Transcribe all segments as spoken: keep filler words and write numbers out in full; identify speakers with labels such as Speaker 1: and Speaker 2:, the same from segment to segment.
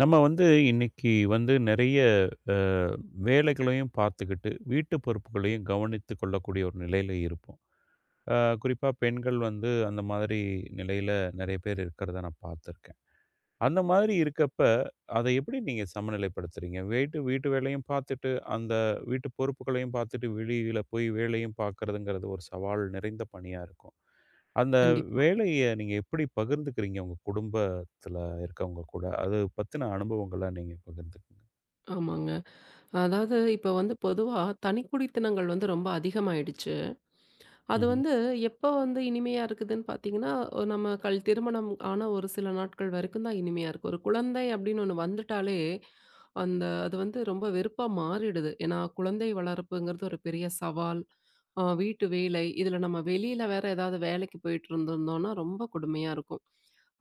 Speaker 1: நம்ம வந்து இன்னைக்கு வந்து நிறைய அ, வேலைகளையும் பார்த்துக்கிட்டு, வீட்டு பொறுப்புகளையும் கவனித்துக் கொள்ளக்கூடிய ஒரு நிலையில இருப்போம். அ குறிப்பா பெண்கள் வந்து அந்த மாதிரி நிலையில நெறைய பேர் இருக்கிறத நான் பார்த்துருக்கேன். அந்த மாதிரி இருக்கப்ப, அத எப்படி நீங்க சமநிலைப்படுத்துறீங்க? வீட்டு வீட்டு வேலையும் பார்த்துட்டு, அந்த வீட்டு பொறுப்புகளையும் பார்த்துட்டு, வெளியில போய் வேலையும் பார்க்கிறதுங்கிறது ஒரு சவால் நிறைந்த பணியா இருக்கும். அந்த
Speaker 2: கண்டிப்பா.
Speaker 1: வேலைய நீங்க எப்படி பகிர்ந்துக்கிறீங்க உங்க குடும்பத்துல இருக்கவங்க கூட? அது பத்தின அனுபவங்கள நீங்க பகிர்ந்துக்கங்க.
Speaker 2: ஆமாங்க. அதாவது இப்ப வந்து பொதுவா தனிக்குடித்தனங்கள் வந்து ரொம்ப அதிகமாயிடுச்சு. அது
Speaker 1: ம்ஹ்ம்.
Speaker 2: வந்து எப்ப வந்து இனிமையா இருக்குதுன்னு பார்த்தீங்கன்னா, நம்ம கல் திருமணம் ஆன ஒரு சில நாட்கள் வரைக்கும் தான் இனிமையா இருக்கு. ஒரு குழந்தை அப்படின்னு ஒண்ணு வந்துட்டாலே, அந்த அது வந்து ரொம்ப வெறுப்பா மாறிடுது. ஏன்னா குழந்தை வளர்ப்புங்கிறது ஒரு பெரிய சவால். அ வீட்டு வேலை, இதுல நம்ம வெளியில வேற ஏதாவது வேலைக்கு போயிட்டு இருந்திருந்தோம்னா ரொம்ப கொடுமையா இருக்கும்.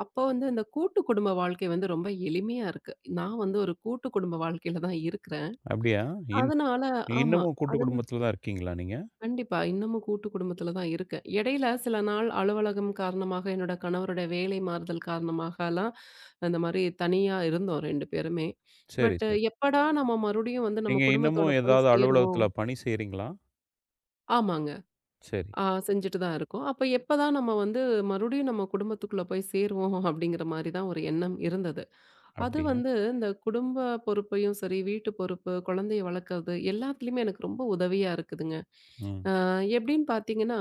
Speaker 2: அப்போ வந்து இந்த கூட்டு குடும்ப வாழ்க்கை வந்து ரொம்ப எளிமையா இருக்கு. நான் வந்து ஒரு கூட்டு குடும்ப வாழ்க்கையில தான் இருக்கிறேன்.
Speaker 1: அப்படியா? இன்
Speaker 2: அதனால ஆமா.
Speaker 1: இன்னமும் கூட்டு
Speaker 2: அதனா
Speaker 1: குடும்பத்துல தான் இருக்கீங்களா நீங்க?
Speaker 2: கண்டிப்பா. இன்னமும் கூட்டு குடும்பத்துல தான் இருக்கேன். இடையில சில நாள் அலுவலகம் காரணமாக, என்னோட கணவருடைய வேலை மாறுதல் காரணமாகலாம் அந்த மாரி தனியா இருந்தோம் ரெண்டு பேருமே.
Speaker 1: சரி,
Speaker 2: பட்
Speaker 1: சரி.
Speaker 2: எப்படா நம்ம மறுபடியும் வந்து நம்ம
Speaker 1: நீங்க
Speaker 2: குடும்பத்தோட
Speaker 1: இன்னமும்
Speaker 2: போய்
Speaker 1: ஏதாவது அலுவலகத்துல
Speaker 2: சேருவோம்.
Speaker 1: பணி செய்றீங்களா?
Speaker 2: ஆமாங்க.
Speaker 1: சரி.
Speaker 2: ஆ செஞ்சுட்டு தான் இருக்கோம். அப்ப எப்பதான் நம்ம வந்து மறுபடியும் நம்ம குடும்பத்துக்குள்ள போய் சேருவோம் அப்படிங்கிற மாரி தான் ஒரு எண்ணம் இருந்தது. அது
Speaker 1: அப்படியா?
Speaker 2: வந்து இந்த குடும்ப பொறுப்பையும் சரி, வீட்டு பொறுப்பு, குழந்தைய வளர்க்கறது எல்லாத்துலயுமே எனக்கு ரொம்ப உதவியா இருக்குதுங்க.
Speaker 1: ம்.
Speaker 2: எப்படின்னு பார்த்தீங்கன்னா,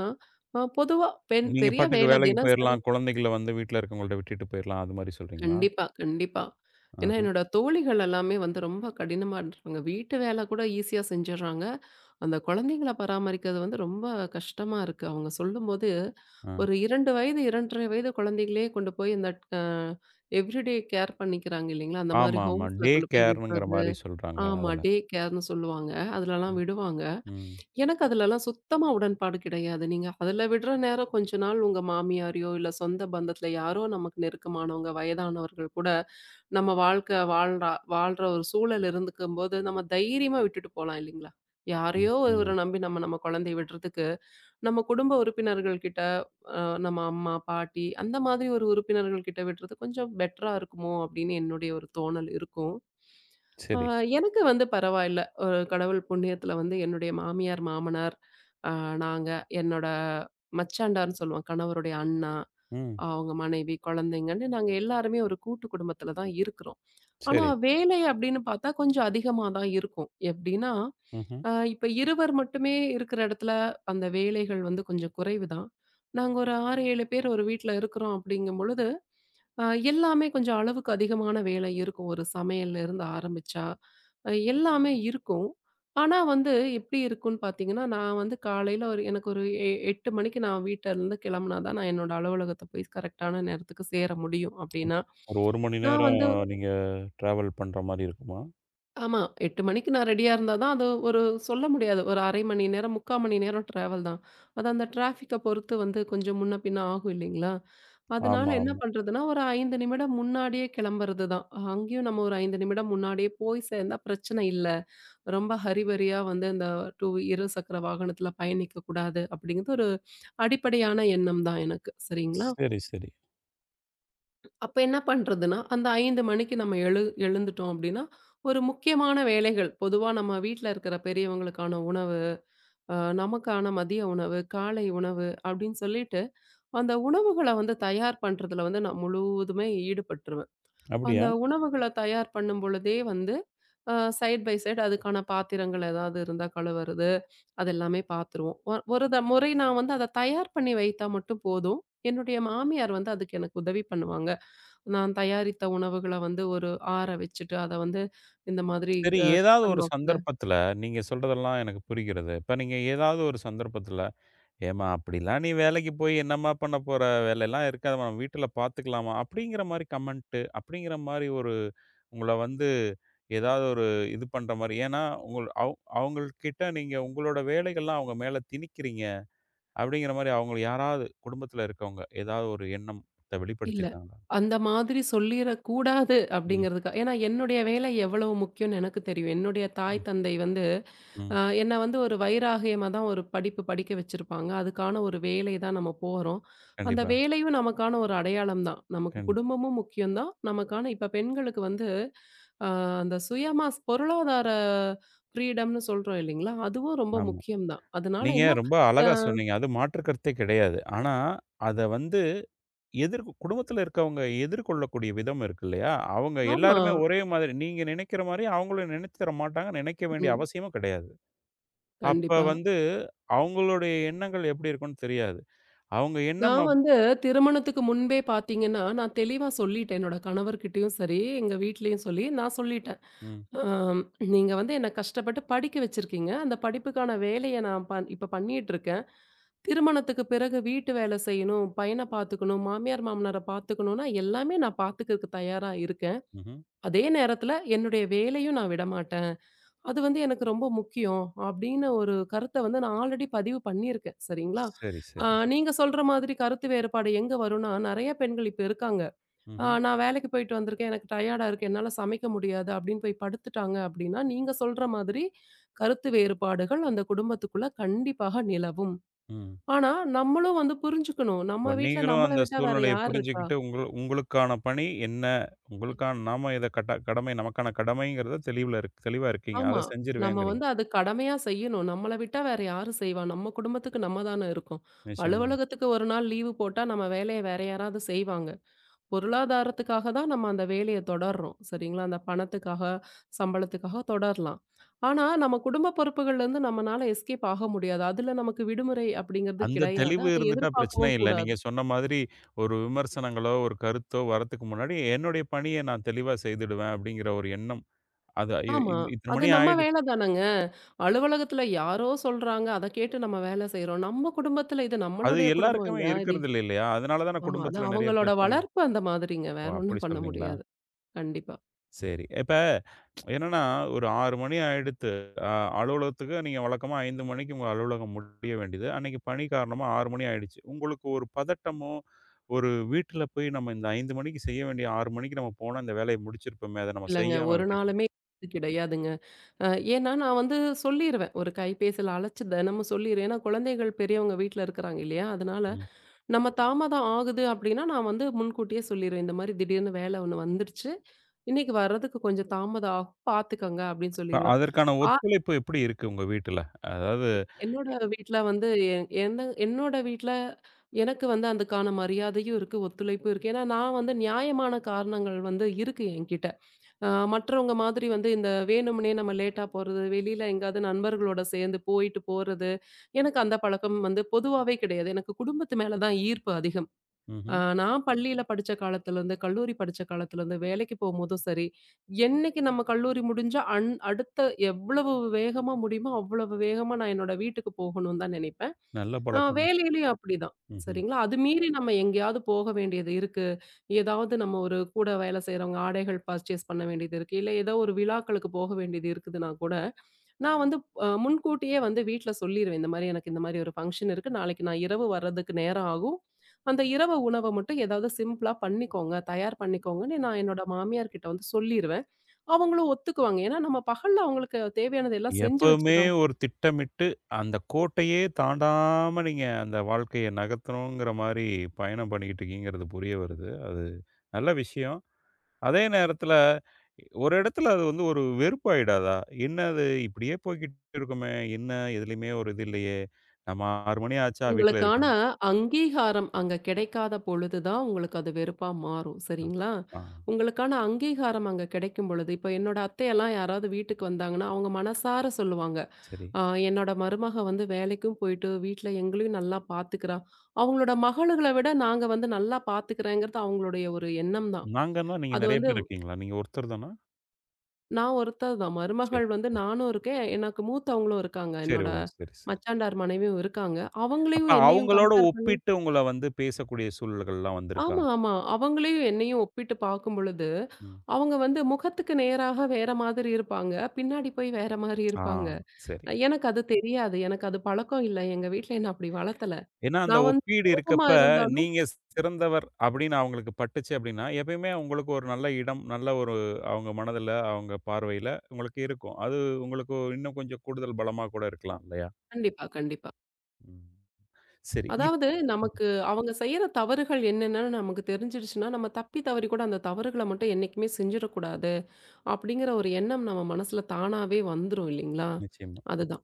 Speaker 2: அ பொதுவா பெண்
Speaker 1: நீங்க
Speaker 2: பெரிய
Speaker 1: பாட்டுக்கு
Speaker 2: வேலை
Speaker 1: வேலைக்கு
Speaker 2: தினசரி
Speaker 1: போயிரலாம். குழந்தைகள வந்து வீட்ல இருக்கவங்கள்ட்ட விட்டுட்டு போயிரலாம். அது மாரி சொல்றீங்களா?
Speaker 2: கண்டிப்பா, கண்டிப்பா. ஏன்னா
Speaker 1: ஆஹ.
Speaker 2: என்னோட தோழிகள் எல்லாமே வந்து ரொம்ப கடினமா இருந்துருவாங்க. வீட்டு வேலை கூட ஈஸியா செஞ்சுடுறாங்க. அந்த குழந்தைங்கள பராமரிக்கிறது வந்து ரொம்ப கஷ்டமா இருக்கு. அவங்க சொல்லும்போது,
Speaker 1: ஆ.
Speaker 2: ஒரு ரெண்டு வயது, ரெண்டு அரை வயது குழந்தைகளே கொண்டு போய் இந்த அ எவ்ரிடே கேர் பண்ணிக்கிறாங்க இல்லைங்களா? அந்த மாரி
Speaker 1: ஆமா, ஆமா.
Speaker 2: ஹோம்ஸ்ல
Speaker 1: டே
Speaker 2: கொண்டு போய்
Speaker 1: கேர்ங்கிற
Speaker 2: விடுறது.
Speaker 1: மாரி சொல்றாங்க
Speaker 2: ஆமா.
Speaker 1: அதுல.
Speaker 2: டே கேர்ன்னு சொல்லுவாங்க. அதுலலாம்
Speaker 1: ம்.
Speaker 2: விடுவாங்க.
Speaker 1: ம்.
Speaker 2: எனக்கு அதுலலாம் சுத்தமா உடன்பாடு கிடையாது. நீங்க அதுல விடுற நேரம் கொஞ்ச நாள் உங்க மாமியாரையோ, இல்ல சொந்த பந்தத்துல யாரோ நமக்கு நெருக்கமானவங்க, வயதானவர்கள் கூட நம்ம வாழ்க்கை வாழ்றா வாழ்ற ஒரு சூழல் இருந்துக்கும்போது, நம்ம தைரியமா விட்டுட்டு போலாம் இல்லைங்களா? யாரையோ
Speaker 1: நிச்சயமா.
Speaker 2: ஒருவர நம்பி நம்ம நம்ம குழந்தைய விடுறதுக்கு நம்ம குடும்ப உறுப்பினர்கள் கிட்ட, அ நம்ம அம்மா, பாட்டி அந்த மாதிரி ஒரு உறுப்பினர்கள் கிட்ட விடுறது கொஞ்சம் பெட்டரா இருக்குமோ! அப்படின்னு என்னுடைய ஒரு தோணல் இருக்கும். அ
Speaker 1: சரி.
Speaker 2: எனக்கு வந்து பரவாயில்ல. அ கடவுள் புண்ணியத்துல வந்து என்னுடைய மாமியார், மாமனார், அ நாங்க, என்னோட மச்சாண்டார்ன்னு சொல்லுவோம். கணவருடைய அண்ணா,
Speaker 1: ம்.
Speaker 2: அவங்க மனைவி, குழந்தைங்கன்னு நாங்க எல்லாருமே ஒரு கூட்டு குடும்பத்துல தான் இருக்கிறோம். ஆனா,
Speaker 1: சரி.
Speaker 2: வேலை அப்படின்னு பார்த்தா கொஞ்சம் அதிகமா தான் இருக்கும். எப்படின்னா,
Speaker 1: ம்ஹ்ம்.
Speaker 2: அ இப்ப இருவர் மட்டுமே இருக்கிற இடத்துல அந்த வேலைகள் வந்து கொஞ்சம் குறைவு தான். நாங்க ஒரு ஆறு, ஏழு பேர் ஒரு வீட்ல இருக்கிறோம் அப்படிங்கும் பொழுது, அ எல்லாமே கொஞ்சம் அளவுக்கு அதிகமான வேலை இருக்கும். ஒரு சமையல்ல இருந்து ஆரம்பிச்சா, அ எல்லாமே இருக்கும். ஆனா வந்து எப்படி இருக்கும்ன்னு பார்த்தீங்கன்னா, நான் வந்து காலையில ஒரு எனக்கு ஒரு எ எட்டு மணிக்கு நான் வீட்டிலருந்து கிளம்புனா தான் நான் என்னோட அலுவலகத்த போய் கரெக்ட்டான நேரத்துக்கு சேர முடியும் அப்படின்னா,
Speaker 1: ஒரு 1 மணி
Speaker 2: நான்
Speaker 1: நேரம்
Speaker 2: வந்து
Speaker 1: நீங்க டிராவல் பண்ற மாரி இருக்குமா?
Speaker 2: ஆமா. எட்டு மணிக்கு நான் ரெடியா இருந்தா தான் அது ஒரு சொல்ல முடியாது. ஒரு அரை மணி நேரம், முக்கால் மணி நேரம் டிராவல் தான். அது அந்த டிராஃபிக்க பொறுத்து வந்து கொஞ்சம் முன்ன பின்ன ஆகும் இல்லைங்களா? அதனால
Speaker 1: ஆமா,
Speaker 2: என்ன
Speaker 1: ஆமா.
Speaker 2: பண்றதுன்னா, ஒரு ஐந்து நிமிடம் முன்னாடியே கிளம்புறது தான். அங்கேயும் நம்ம ஒரு ஐந்து நிமிடம் முன்னாடியே போய் சேர்ந்தா பிரச்சனை இல்ல. ரொம்ப ஹரிபரியா வந்து இந்த ரெண்டு இருசக்கர வாகனத்தில பயணிக்கக்கூடாது அப்படிங்கிறது ஒரு அடிப்படையான எண்ணம் தான் எனக்கு. சரிங்களா?
Speaker 1: சரி, சரி.
Speaker 2: அப்ப என்ன பண்றதுன்னா, அந்த ஐந்து மணிக்கு நம்ம எழு எழுந்துட்டோம் அப்படின்னா, ஒரு முக்கியமான வேலைகள், பொதுவா நம்ம வீட்ல இருக்கிற பெரியவங்களுக்கான உணவு, அ நமக்கான மதிய உணவு, காலை உணவு அப்படின்னு சொல்லிட்டு, அந்த உணவுகள வந்து தயார் பண்றதுல வந்து நான் முழுவதுமே ஈடுபட்டுருவேன். அந்த
Speaker 1: அப்படியா?
Speaker 2: உணவுகள தயார் பண்ணும் பொழுதே வந்து, அ சைட் பை சைட் அதுக்கான பாத்திரங்கள் ஏதாவது இருந்தா கழுவுறது, அது எல்லாமே பார்த்துருவோம். ஒ ஒரு த முறை நான் வந்து அத தயார் பண்ணி வைத்தா மட்டும் போதும். என்னுடைய மாமியார் வந்து அதுக்கு எனக்கு உதவி பண்ணுவாங்க. நான் தயாரித்த உணவுகள வந்து ஒரு ஆற வச்சுட்டு, அத வந்து இந்த மாதிரி
Speaker 1: சரி,
Speaker 2: அ
Speaker 1: ஏதாவது
Speaker 2: டிஃபன்
Speaker 1: ஒரு
Speaker 2: பாக்ஸ்ல
Speaker 1: சந்தர்ப்பத்துல, நீங்க சொல்றதெல்லாம் எனக்கு புரிகிறது. இப்ப நீங்க ஏதாவது ஒரு சந்தர்ப்பத்துல, "ஏம்மா அப்படிலாம் நீ வேலைக்கு போய் என்னம்மா பண்ண போற? வேலைலாம் இருக்காதும்மா. நம்ம வீட்டுல பாத்துக்கலாம்மா." அப்படிங்கிற மாரி கமெண்ட்டு, அப்படிங்கிற மாரி ஒரு உங்கள வந்து ஏதாவது ஒரு இது பண்ற மாரி, ஏன்னா, உங்கள் அவ் அவங்கள்கிட்ட நீங்க உங்களோட வேலைகள்லாம் அவங்க மேல திணிக்கிறீங்க. அப்படிங்கிற மாரி அவங்கள யாராவது குடும்பத்துல இருக்கவங்க, ஏதாவது ஒரு எண்ணத்த
Speaker 2: இல்ல.
Speaker 1: வெளிப்படுத்தியிருக்காங்களா?
Speaker 2: அந்த மாதிரி சொல்லிறக்கூடாது
Speaker 1: ம்,
Speaker 2: அப்படிங்கிறதுக்கா ஏன்னா என்னுடைய வேலை எவ்வளவு முக்கியம்னு எனக்கு தெரியும். என்னுடைய தாய்,
Speaker 1: ம்,
Speaker 2: தந்தை வந்து
Speaker 1: ம்.
Speaker 2: அ என்ன வந்து ஒரு வைராகியமா தான் ஒரு படிப்பு படிக்க வச்சிருப்பாங்க. அதுக்கான ஒரு வேலை தான் நம்ம போறோம். அந்த
Speaker 1: கண்டிப்பா.
Speaker 2: வேலையும் நமக்கான ஒரு அடையாளம் தான். நமக்கு
Speaker 1: கண்
Speaker 2: குடும்பமும் முக்கியம் தான். நமக்கான இப்ப பெண்களுக்கு வந்து அ அந்த சுயமா ஸ் பொருளாதார ஃப்ரீடம்னு சொல்றோம் இல்லைங்களா? அதுவும் ரொம்ப
Speaker 1: ஆமா.
Speaker 2: முக்கியம் தான். அதனால
Speaker 1: நீங்க
Speaker 2: என்ன
Speaker 1: ரொம்ப
Speaker 2: அ
Speaker 1: அழகா சொன்னீங்க. அது மாற்று கருத்தே கிடையாது. ஆனா, அத வந்து எதிர் குடும்பத்துல இருக்கவங்க எதிர்கொள்ளக்கூடிய விதம் இருக்கு இல்லையா? அவங்க
Speaker 2: ஆமா.
Speaker 1: எல்லாருமே ஒரே மாதிரி நீங்க நினைக்கிற மாரி அவங்களும் நினைத்து தர மாட்டாங்க. நினைக்க வேண்டிய
Speaker 2: ம்.
Speaker 1: அவசியமும் கிடையாது. அப்ப
Speaker 2: கண்டிப்பா.
Speaker 1: வந்து அவங்களுடைய எண்ணங்கள் எப்படி இருக்கும்னு தெரியாது. அவங்க எண்ணம்
Speaker 2: நான்
Speaker 1: அப்
Speaker 2: வந்து திருமணத்துக்கு முன்பே பார்த்தீங்கன்னா, நான் தெளிவா சொல்லிட்டேன். என்னோட கணவர்கிட்டயும் சரி, எங்க வீட்லயும் சொல்லி நான் சொல்லிட்டேன்.
Speaker 1: ம்,
Speaker 2: "அம் நீங்க வந்து என்ன கஷ்டப்பட்டு படிக்க வச்சிருக்கீங்க. அந்த படிப்புக்கான வேலைய நான் பண் இப்ப பண்ணிட்டுருக்கேன். திருமணத்துக்கு பிறகு வீட்டு வேல செய்யணும், பையன பார்த்துக்கணும், மாமியார், மாமனார பார்த்துக்கணும்னா எல்லாமே நான் பார்த்துக்கிறதுக்கு தயாரா இருக்கேன்.
Speaker 1: ம்ஹ்ம்.
Speaker 2: அதே நேரத்துல என்னுடைய வேலையும் நான் விடமாட்டேன்." அது வந்து எனக்கு ரொம்ப முக்கியம் அப்படின்னு ஒரு கருத்த வந்து நான் ஆல்ரெடி பதிவு பண்ணியிருக்கேன். சரிங்களா?
Speaker 1: சரி,
Speaker 2: அ
Speaker 1: சரி, சரி.
Speaker 2: நீங்க சொல்ற மாதிரி கருத்து வேறுபாடு எங்க வரும்னா, நெறைய பெண்கள் இப்ப இருக்காங்க. அ
Speaker 1: ம்ஹ்ம்.
Speaker 2: நான் வேலைக்கு போயிட்டு வந்திருக்கேன். எனக்கு டயர்டா இருக்கு. என்னால சமைக்க முடியாது அப்படின்னு போய் படுத்துட்டாங்க அப்படின்னா, நீங்க சொல்ற மாதிரி கருத்து வேறுபாடுகள் அந்த குடும்பத்துக்குள்ள கண்டிப்பாக நிலவும்.
Speaker 1: ம்.
Speaker 2: ஆனா, நம்மளும் வந்து புரிஞ்சுக்கணும். நம்ம
Speaker 1: இப்ப
Speaker 2: வீட்ல
Speaker 1: நீங்களும்
Speaker 2: நம்மள
Speaker 1: அந்த
Speaker 2: விட்டா வேற
Speaker 1: சூழ்நிலைய
Speaker 2: யார் இருக்கா?
Speaker 1: புரிஞ்சுகிட்டு, உங்களு உங்களுக்கான பணி என்ன? உங்களுக்கான நாம இத கட்ட கடமை நமக்கான கடமைங்கிறத தெளிவுல இருக் தெளிவா இருக்கீங்க.
Speaker 2: ஆமா.
Speaker 1: அத
Speaker 2: நம்ம
Speaker 1: செஞ்சுருவேங்கிறீங்க.
Speaker 2: வந்து அது கடமையா செய்யணும். நம்மள விட்டா வேற யாரு செய்வா? நம்ம குடும்பத்துக்கு நம்ம தான இருக்கோம்.
Speaker 1: நிச்சயமா, நிச்சயமா.
Speaker 2: அலுவலகத்துக்கு ஒரு நாள் லீவு போட்டா நம்ம வேலைய வேற யாராவது செய்வாங்க. பொருளாதாரத்துக்காக தான் நம்ம அந்த வேலைய தொடர்றோம். சரிங்களா? அந்த பணத்துக்காக, சம்பளத்துக்காக தொடரலாம். ஆனா, நம்ம குடும்ப பொறுப்புகள்லேருந்து நம்மனால எஸ்கேப் ஆக முடியாது. அதுல நமக்கு விடுமுறை அப்படிங்கிறது
Speaker 1: அந்த
Speaker 2: கிடையாது.
Speaker 1: தெளிவு
Speaker 2: அத
Speaker 1: இருந்துட்டா பிரச்சனை
Speaker 2: எதிர்பார்க்கவும்
Speaker 1: இல்ல. நீங்க
Speaker 2: கூடாது.
Speaker 1: சொன்ன மாதிரி ஒரு விமர்சனங்களோ, ஒரு கருத்தோ வரத்துக்கு முன்னாடி, என்னுடைய பணிய நான் தெளிவா செய்துடுவேன் அப்படிங்கிற ஒரு எண்ணம். அது ஐயோ!
Speaker 2: ஆமா.
Speaker 1: இத் இத்தன
Speaker 2: அது
Speaker 1: மணி
Speaker 2: நம்ம
Speaker 1: ஆயிடுச்சு.
Speaker 2: வேல தானங்க. அலுவலகத்துல யாரோ சொல்றாங்க, அத கேட்டு நம்ம வேல செய்றோம். நம்ம குடும்பத்துல இது
Speaker 1: அது
Speaker 2: நம்மளுடைய குடும்பம்
Speaker 1: எல்லாருக்குமே
Speaker 2: இல்லையா? இது
Speaker 1: இருக்கிறதில்ல இல்லையா? அதனால தான
Speaker 2: ஆமா. அது
Speaker 1: குடும்பத்தில நெறைய
Speaker 2: அவங்களோட
Speaker 1: பிரச்சனைங்க.
Speaker 2: வளர்ப்பு அந்த மாதிரிங்க.
Speaker 1: ஓ!
Speaker 2: வேற
Speaker 1: அப்படி
Speaker 2: ஒண்ணும் பண்ண
Speaker 1: சொல்றீங்களா?
Speaker 2: முடியாது. கண்டிப்பா.
Speaker 1: சரி. இப்ப என்னன்னா, ஒரு ஆறு மணி ஆயிடுத்து. அ அலுவலகத்துக்கு நீங்க வழக்கமா ஐந்து மணிக்கு உங்க அலுவலகம் முடிய வேண்டியது. அன்னைக்கு பணி காரணமா ஆறு மணி ஆயிடுச்சு. உங்களுக்கு ஒரு பதட்டமோ, ஒரு வீட்ல போய் நம்ம இந்த ஐந்து மணிக்கு செய்ய வேண்டிய ஆறு மணிக்கு நம்ம போனா இந்த வேலைய முடிச்சிருப்போமே! அத நம்ம
Speaker 2: இல்லங்க
Speaker 1: செய்யாம
Speaker 2: ஒரு
Speaker 1: விட்டுட்டோம்.
Speaker 2: நாளுமே இது கிடையாதுங்க. அ ஏன்னா நான் வந்து சொல்லிருவேன். ஒரு கைபேசியில அழைச்சு தினமும் சொல்லிருவேன். ஏன்னா குழந்தைகள் பெரியவங்க வீட்ல இருக்கிறாங்க இல்லையா? அதனால
Speaker 1: ம்.
Speaker 2: நம்ம தாமதம் ஆகுது அப்படின்னா, நான் வந்து முன்கூட்டியே சொல்லிருவேன். இந்த மாரி திடீர்னு வேல ஒண்ணு வந்துருச்சு. இன்னைக்கு வர்றதுக்கு கொஞ்சம் தாமதம் ஆகும். பார்த்துக்கங்க அப்படின்னு
Speaker 1: இப்ப
Speaker 2: சொல்லிருவேன்.
Speaker 1: அதற்கான ஒத்துழைப்பு எப்படி இருக்கு உங்க வீட்ல? அதாவது
Speaker 2: என்னோட வீட்ல வந்து எ என்ன என்னோட வீட்ல எனக்கு வந்து அதுக்கான மரியாதையும் இருக்கு, ஒத்துழைப்பும் இருக்கு. ஏன்னா, நான் வந்து நியாயமான காரணங்கள் வந்து இருக்கு என்கிட்ட. அ மற்றவங்க மாதிரி வந்து இந்த வேணும்னே நம்ம லேட்டா போறது, வெளியில எங்கேயாவது நண்பர்களோட சேர்ந்து போயிட்டு போறது, எனக்கு அந்த பழக்கம் வந்து பொதுவாவே கிடையாது. எனக்கு குடும்பத்து மேல தான் ஈர்ப்பு அதிகம். அ
Speaker 1: ம்ஹ்ம்.
Speaker 2: நான் பள்ளியில படிச்ச காலத்துலருந்து, கல்லூரி படிச்ச காலத்துலருந்து, வேலைக்கு போம்போதும் சரி, என்னைக்கு நம்ம கல்லூரி முடிஞ்சா அன் அடுத்த எவ்வளவு வேகமா முடியுமோ, அவ்வளவு வேகமா நான் என்னோட வீட்டுக்கு போகணும்னு தான் நினைப்பேன்.
Speaker 1: நல்ல
Speaker 2: அ
Speaker 1: பழக்கம்.
Speaker 2: வேலையிலயும் அப்படிதான்.
Speaker 1: ம்ஹ்ம்.
Speaker 2: சரிங்களா? அது மீறி நம்ம எங்கேயாவது போக வேண்டியது இருக்கு. ஏதாவது நம்ம ஒரு கூட வேலை செய்றவங்க ஆடைகள் பர்ச்சேஸ் பண்ண வேண்டியது இருக்கு. இல்ல ஏதோ ஒரு விழாக்களுக்கு போக வேண்டியது இருக்குதுன்னா கூட, நான் வந்து அ முன்கூட்டியே வந்து வீட்ல சொல்லிருவேன். இந்த மாரி எனக்கு இந்த மாரி ஒரு ஃபங்ஷன் இருக்கு. நாளைக்கு நான் இரவு வர்றதுக்கு நேரம் ஆகும். அந்த இரவு உணவ மட்டும் ஏதாவது சிம்பிளா பண்ணிக்கோங்க, தயார் பண்ணிக்கோங்கன்னு நான் என்னோட மாமியார் கிட்ட வந்து சொல்லிருவேன். அவங்களும் ஒத்துக்குவாங்க. ஏன்னா, நம்ம பகல்ல அவங்களுக்கு தேவையானது எல்லாம் செஞ்சு வச்சுட்டு
Speaker 1: எப்பவுமே
Speaker 2: தான்
Speaker 1: ஒரு திட்டமிட்டு, அந்த கோட்டையே தாண்டாம நீங்க அந்த வாழ்க்கைய நகர்த்தணுங்கிற மாரி பயணம் பண்ணிக்கிட்டு இருக்கீங்கிறது புரிய வருது. அது நல்ல விஷயம். அதே நேரத்தில ஒரு இடத்துல அது வந்து ஒரு வெறுப்பாயிடாதா? என்ன அது இப்படியே போய்க்கிட்டு இருக்குமே, என்ன எதுலயுமே ஒரு இது இல்லையே, நம்ம ஆறு மணி ஆச்சா வீட்ல
Speaker 2: உங்களுக்கான
Speaker 1: இருக்கணும்.
Speaker 2: அங்கீகாரம் அங்க கிடைக்காத பொழுது தான் உங்களுக்கு அது வெறுப்பா மாறும்.
Speaker 1: அ,
Speaker 2: சரிங்களா?
Speaker 1: ஆ,
Speaker 2: உங்களுக்கான அங்கீகாரம் அங்க கிடைக்கும் பொழுது இப்ப என்னோட அத்தையெல்லாம் யாராவது வீட்டுக்கு வந்தாங்கன்னா, அவங்க மனசார சொல்லுவாங்க.
Speaker 1: சரி.
Speaker 2: "அ என்னோட மருமக வந்து வேலைக்கும் போயிட்டு, வீட்ல எங்களையும் நல்லா பார்த்துக்கிறா." அவங்களோட மகள்கள விட நாங்க வந்து நல்லா பார்த்துக்கிறேங்கிறது அவங்களுடைய ஒரு எண்ணம் தான்.
Speaker 1: நாங்கன்னா நீங்க
Speaker 2: அது
Speaker 1: நெறைய
Speaker 2: வந்து
Speaker 1: பேர் இருக்கீங்களா? நீங்க ஒருத்தர் தானா?
Speaker 2: நான் ஒருத்தர் தான்.
Speaker 1: சரி,
Speaker 2: மருமகள் வந்து நானும் இருக்கேன். எனக்கு மூத்தவங்களும் இருக்காங்க.
Speaker 1: சரி.
Speaker 2: என்னோட
Speaker 1: ஓ! சரி, சரி.
Speaker 2: மச்சாண்டார் மனைவியும் இருக்காங்க.
Speaker 1: அப்ப
Speaker 2: அவங்களையும் என்னையும்
Speaker 1: அவங்களோட
Speaker 2: கம்பேர் பண்ணி
Speaker 1: ஒப்பிட்டு உங்கள வந்து பேசக்கூடிய சூழல்கள்லாம் வந்திருக்கா?
Speaker 2: ஆமா, ஆமா. அவங்களையும் என்னையும் ஒப்பிட்டு பார்க்கும் பொழுது,
Speaker 1: ம்.
Speaker 2: அவங்க வந்து முகத்துக்கு நேராக வேற மாதிரி இருப்பாங்க. பின்னாடி போய் வேற மாரி
Speaker 1: ஆ,
Speaker 2: இருப்பாங்க.
Speaker 1: சரி.
Speaker 2: எனக்கு அது தெரியாது. எனக்கு அது பழக்கம் இல்ல. எங்க வீட்ல என்ன அப்படி வளர்த்தல.
Speaker 1: ஏன்னா அந்த
Speaker 2: நான் வந்து
Speaker 1: ஒப்பீடு
Speaker 2: கோபமா
Speaker 1: இருக்கப்ப,
Speaker 2: இருந்தாலும்
Speaker 1: நீங்க சிறந்தவர் அப்படின்னு அவங்களுக்கு பட்டுச்சு அப்படின்னா, எப்பயுமே உங்களுக்கு ஒரு நல்ல இடம், நல்ல ஒரு அவங்க மனதில, அவங்க பார்வையில உங்களுக்கு இருக்கும். அது உங்களுக்கு இன்னும் கொஞ்சம் கூடுதல் பலமா கூட இருக்கலாம் இல்லையா?
Speaker 2: கண்டிப்பா, கண்டிப்பா.
Speaker 1: ம். சரி. இப்
Speaker 2: அதாவது நமக்கு அவங்க செய்யற தவறுகள் என்னென்னு நமக்கு தெரிஞ்சிடுச்சுன்னா, நம்ம தப்பி தவறி கூட அந்த தவறுகள மட்டும் என்னைக்குமே செஞ்சிடக்கூடாது. அப்படிங்கிற ஒரு எண்ணம் நம்ம மனசுல தானாவே வந்துரும் இல்லைங்களா?
Speaker 1: நிச்சயமா.
Speaker 2: அதுதான்.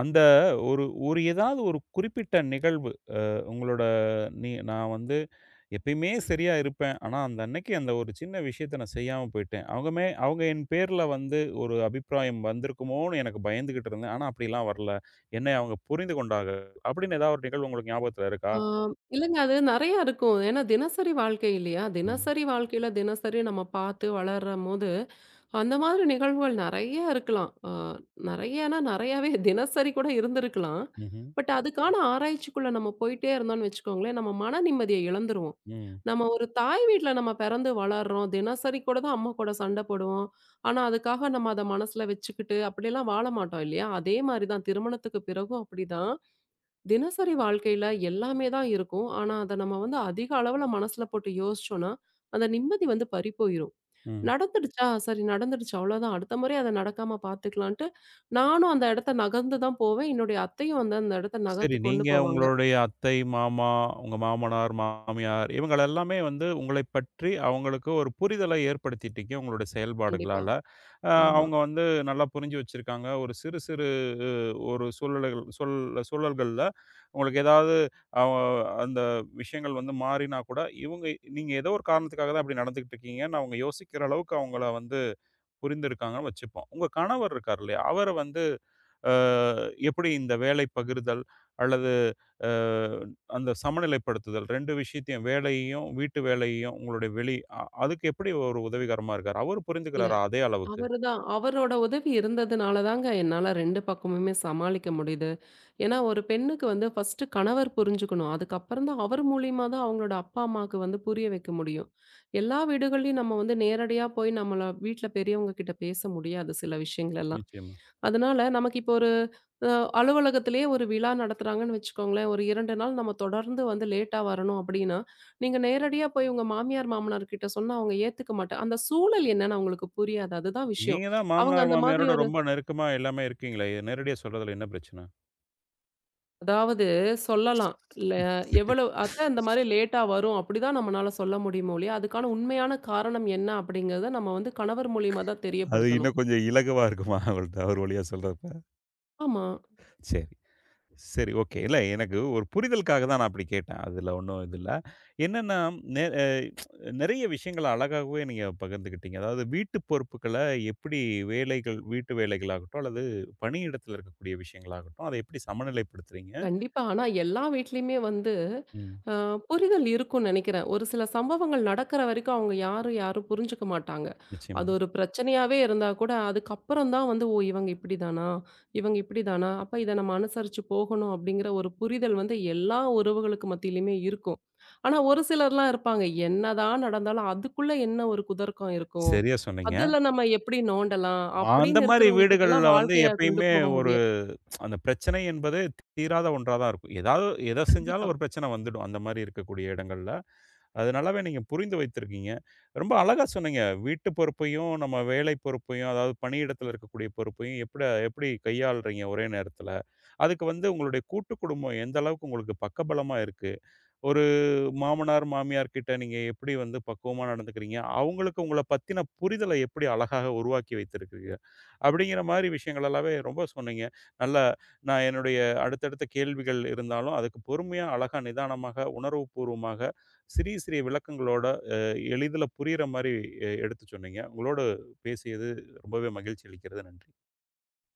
Speaker 1: அந்த ஒரு ஒரு ஏதாவது ஒரு குறிப்பிட்ட நிகழ்வு உங்களோட நீ நான் வந்து எப்பயுமே சரியா இருப்பேன். ஆனா, அந்த அன்னைக்கு அந்த ஒரு சின்ன விஷயத்த நான் செய்யாம போயிட்டேன். அவங்கமே அவங்க என் பேர்ல வந்து ஒரு அபிப்பிராயம் வந்திருக்குமோன்னு எனக்கு பயந்துகிட்டு இருந்தேன். ஆனா, அப்படிலாம் வரல. என்னை அவங்க புரிந்து கொண்டார்கள். அப்படின்னு ஏதாவது ஒரு நிகழ்வு உங்களுக்கு ஞாபகத்துல இருக்கா?
Speaker 2: ஆ இல்லங்க அது நெறையா இருக்கும். ஏன்னா தினசரி வாழ்க்கை இல்லையா?
Speaker 1: ம்.
Speaker 2: தினசரி வாழ்க்கையில தினசரி நம்ம பார்த்து வளரும்போது அந்த மாதிரி நிகழ்வுகள் நெறைய இருக்கலாம். அ நெறையனா நெறையாவே தினசரி கூட இருந்திருக்கலாம்.
Speaker 1: ம்ஹ்ம்.
Speaker 2: பட் அதுக்கான ஆராய்ச்சிக்குள்ள நம்ம போயிட்டே இருந்தோம்னு வச்சுக்கோங்களேன், நம்ம மன நிம்மதிய இழந்துருவோம்.
Speaker 1: ம்.
Speaker 2: நம்ம ஒரு தாய் வீட்ல நம்ம பிறந்து வளர்றோம். தினசரி கூட தான் அம்மா கூட சண்டை போடுவோம். ஆனா, அதுக்காக நம்ம அத மனசுல வச்சுக்கிட்டு அப்படிலாம் வாழ மாட்டோம் இல்லையா? அதே மாரி தான் திருமணத்துக்கு பிறகும் அப்படிதான். தினசரி வாழ்க்கையில எல்லாமே தான் இருக்கும். ஆனா, அத நம்ம வந்து அதிக அளவுல மனசுல போட்டு யோசிச்சோம்னா, அந்த நிம்மதி வந்து பறிபோயிரும்.
Speaker 1: ம்.
Speaker 2: நடந்துடுச்சா? சரி நடந்துடுச்சு அவ்வளோதான். அடுத்த முறை அத நடக்காம பார்த்துக்கலான்ட்டு, நானும் அந்த இடத்த நகர்ந்து தான் போவேன். என்னுடைய அத்தையும் வந்து அந்த இடத்த
Speaker 1: சரி.
Speaker 2: நகர்த்தி கொண்டு
Speaker 1: நீங்க
Speaker 2: போவாங்க.
Speaker 1: உங்களுடைய அத்தை, மாமா, உங்க மாமனார், மாமியார் இவங்கள எல்லாமே வந்து உங்களைப் பற்றி அவங்களுக்கு ஒரு புரிதலை ஏற்படுத்திட்டீங்க உங்களுடைய
Speaker 2: கண்டிப்பா.
Speaker 1: செயல்பாடுகளால. அ
Speaker 2: ஆமா.
Speaker 1: அவங்க வந்து நல்லா புரிஞ்சு வச்சிருக்காங்க. ஒரு சிறு சிறு அ ஒரு சூழல்கள் சூழ் சூழல்கள்ல உங்களுக்கு ஏதாவது அவ அந்த விஷயங்கள் வந்து மாறினா கூட, இவங்க நீங்க ஏதோ ஒரு காரணத்துக்காக தான் அப்படி நடந்துக்கிட்டு இருக்கீங்கன்னு அவங்க யோசிக்கிற அளவுக்கு அவங்கள வந்து புரிந்திருக்காங்கன்னு வச்சுப்போம். உங்க கணவர் இருக்காரு இல்லையா? அவர வந்து அ எப்படி இந்த வேலை பகிர்தல் அல்லது அ அந்த சமநிலைப்படுத்துதல் ரெண்டு விஷயத்தையும் வேலையையும், வீட்டு வேலையையும் உங்களுடைய வெளி அ அதுக்கு எப்படி ஒரு உதவிகரமா இருக்காரு? அவரு
Speaker 2: இல்ல.
Speaker 1: புரிந்துக்கிறாரா அதே அளவுக்கு?
Speaker 2: அவரு தான் அவரோட உதவி இருந்ததுனால தாங்க என்னால ரெண்டு பக்கமுமே சமாளிக்க முடியுது. ஏன்னா ஒரு பெண்ணுக்கு வந்து ஃபர்ஸ்ட் கணவர் புரிஞ்சுக்கணும். அதுக்கப்புறம் தான் அவர் மூலியமா தான் அவங்களோட அப்பா, அம்மாக்கு வந்து புரிய வைக்க முடியும். எல்லா வீடுகள்லயும் நம்ம வந்து நேரடியா போய் நம்மள வீட்ல பெரியவங்க கிட்ட பேச முடியாது சில விஷயங்கள் எல்லாம்.
Speaker 1: நிச்சயமா.
Speaker 2: அதனால நமக்கு இப்போ ஒரு அ அலுவலகத்திலேயே ஒரு விழா நடத்துறாங்கன்னு வச்சுக்கோங்களேன். ஒரு ரெண்டு நாள் நம்ம தொடர்ந்து வந்து லேட்டா வரணும் அப்டின்னா, நீங்க நேரடியா போய் உங்க மாமியார், மாமனார் கிட்ட சொன்னா அவங்க ஏத்துக்க மாட்டா அந்த சூழல் என்னன்னு அவங்களுக்கு புரியாது. அதுதான் விஷயம்.
Speaker 1: நீங்க தான்
Speaker 2: அவங்க
Speaker 1: மாமனார்,
Speaker 2: அந்த மாதிரி
Speaker 1: மாமியாரோட
Speaker 2: ஒரு
Speaker 1: ரொம்ப நெருக்கமா எல்லாமே இருக்கீங்களே! இது நேரடியா சொல்றதுல என்ன பிரச்சன?
Speaker 2: அதாவது சொல்லலாம். ல
Speaker 1: சரி.
Speaker 2: எவ்வளவு அத்த இந்த மாரி லேட்டா வரும் அப்படிதான் நம்மனால சொல்ல முடியுமே ஒழிய, அதுக்கான உண்மையான காரணம் என்ன அப்படிங்கிறத நம்ம வந்து கணவர் மூலியமா தான்
Speaker 1: அது
Speaker 2: தெரியப்படுத்தணும்.
Speaker 1: இன்னும் கொஞ்சம் இலகுவா இருக்குமா அவள்ட்ட அவர் வழியா சொல்றப்ப?
Speaker 2: ஆமா.
Speaker 1: சரி. சரி, ஓகே. இல்ல எனக்கு ஒரு புரிதலுக்காக தான் நான் அப்படி கேட்டேன். அதுல ஒண்ணும் இது இல்ல. என்னன்னா, நெ அ நெறைய விஷயங்கள அழகாகவே நீங்க பகிர்ந்துக்கிட்டீங்க. அதாவது வீட்டு பொறுப்புகள எப்படி வேலைகள் வீட்டு வேலைகளாகட்டும், அல்லது பணியிடத்துல இருக்கக்கூடிய விஷயங்களாகட்டும், அதை எப்படி சமநிலைப்படுத்துறீங்க?
Speaker 2: கண்டிப்பா. ஆனா எல்லா வீட்லயுமே வந்து
Speaker 1: ம்.
Speaker 2: அ புரிதல் இருக்கும்னு நெனைக்கிறேன். ஒரு சில சம்பவங்கள் நடக்கிற வரைக்கும் அவங்க யாரும் யாரும் புரிஞ்சுக்க மாட்டாங்க.
Speaker 1: நிச்சயமா.
Speaker 2: அது ஒரு பிரச்சனையாவே இருந்தா கூட அதுக்கப்புறம் தான் வந்து, "ஓ! இவங்க இப்படிதானா? இவங்க இப்படிதானா? அப்ப இத நம்ம அனுசரிச்சு போகணும்." அப்படிங்கிற ஒரு புரிதல் வந்து எல்லா உறவுகளுக்கு மத்தியிலயுமே இருக்கும். ஆனா ஒரு சிலர்லாம் இருப்பாங்க, என்னதான் நடந்தாலும் அதுக்குள்ள என்ன ஒரு குதர்க்கம் இருக்கும்?
Speaker 1: சரியா சொன்னீங்க.
Speaker 2: அதுல நம்ம எப்படி நோண்டலாம்?
Speaker 1: அந்த
Speaker 2: அப்படின்னு
Speaker 1: மாரி
Speaker 2: இருக்கிறவங்க
Speaker 1: வீடுகள்ல
Speaker 2: கிட்டலாம்
Speaker 1: வந்து
Speaker 2: வாழ்க்கைய கொண்டு
Speaker 1: எப்பயுமே
Speaker 2: போக
Speaker 1: ஒரு
Speaker 2: முடியாது.
Speaker 1: அந்த பிரச்சனை என்பது தீராத ஒன்றா தான் இருக்கும். ஏதாவது எத செஞ்சாலும்
Speaker 2: கண்டிப்பா.
Speaker 1: ஒரு பிரச்சனை வந்துடும். அந்த மாரி இருக்கக்கூடிய இடங்கள்ல. அது நல்லாவே நீங்க புரிந்து வைத்திருக்கீங்க. ரொம்ப அழகா சொன்னீங்க. வீட்டு பொறுப்பையும், நம்ம வேலை பொறுப்பையும், அதாவது பணியிடத்தில இருக்கக்கூடிய பொறுப்பையும் எப்பட எப்படி கையாளுறீங்க ஒரே நேரத்தில? அதுக்கு வந்து உங்களுடைய கூட்டு குடும்பம் எந்த அளவுக்கு உங்களுக்கு பக்கபலமா இருக்கு? ஒரு மாமனார், மாமியார் கிட்ட நீங்க எப்படி வந்து பக்குவமா நடந்துக்கிறீங்க? அவங்களுக்கு உங்கள பத்தின புரிதல எப்படி அழகாக உருவாக்கி வைத்திருக்கிறீங்க? அப்படிங்கிற மாரி விஷயங்கள் எல்லாமே ரொம்ப சொன்னீங்க. நல்லா நான் என்னுடைய அடுத்தடுத்த கேள்விகள் இருந்தாலும், அதுக்கு பொறுமையா, அழகா, நிதானமாக, உணர்வுபூர்வமாக, சிறிய, சிறிய விளக்கங்களோட அ எளிதில புரியிற மாரி எ எடுத்து சொன்னீங்க. உங்களோடு பேசியது ரொம்பவே மகிழ்ச்சி அளிக்கிறது. நன்றி.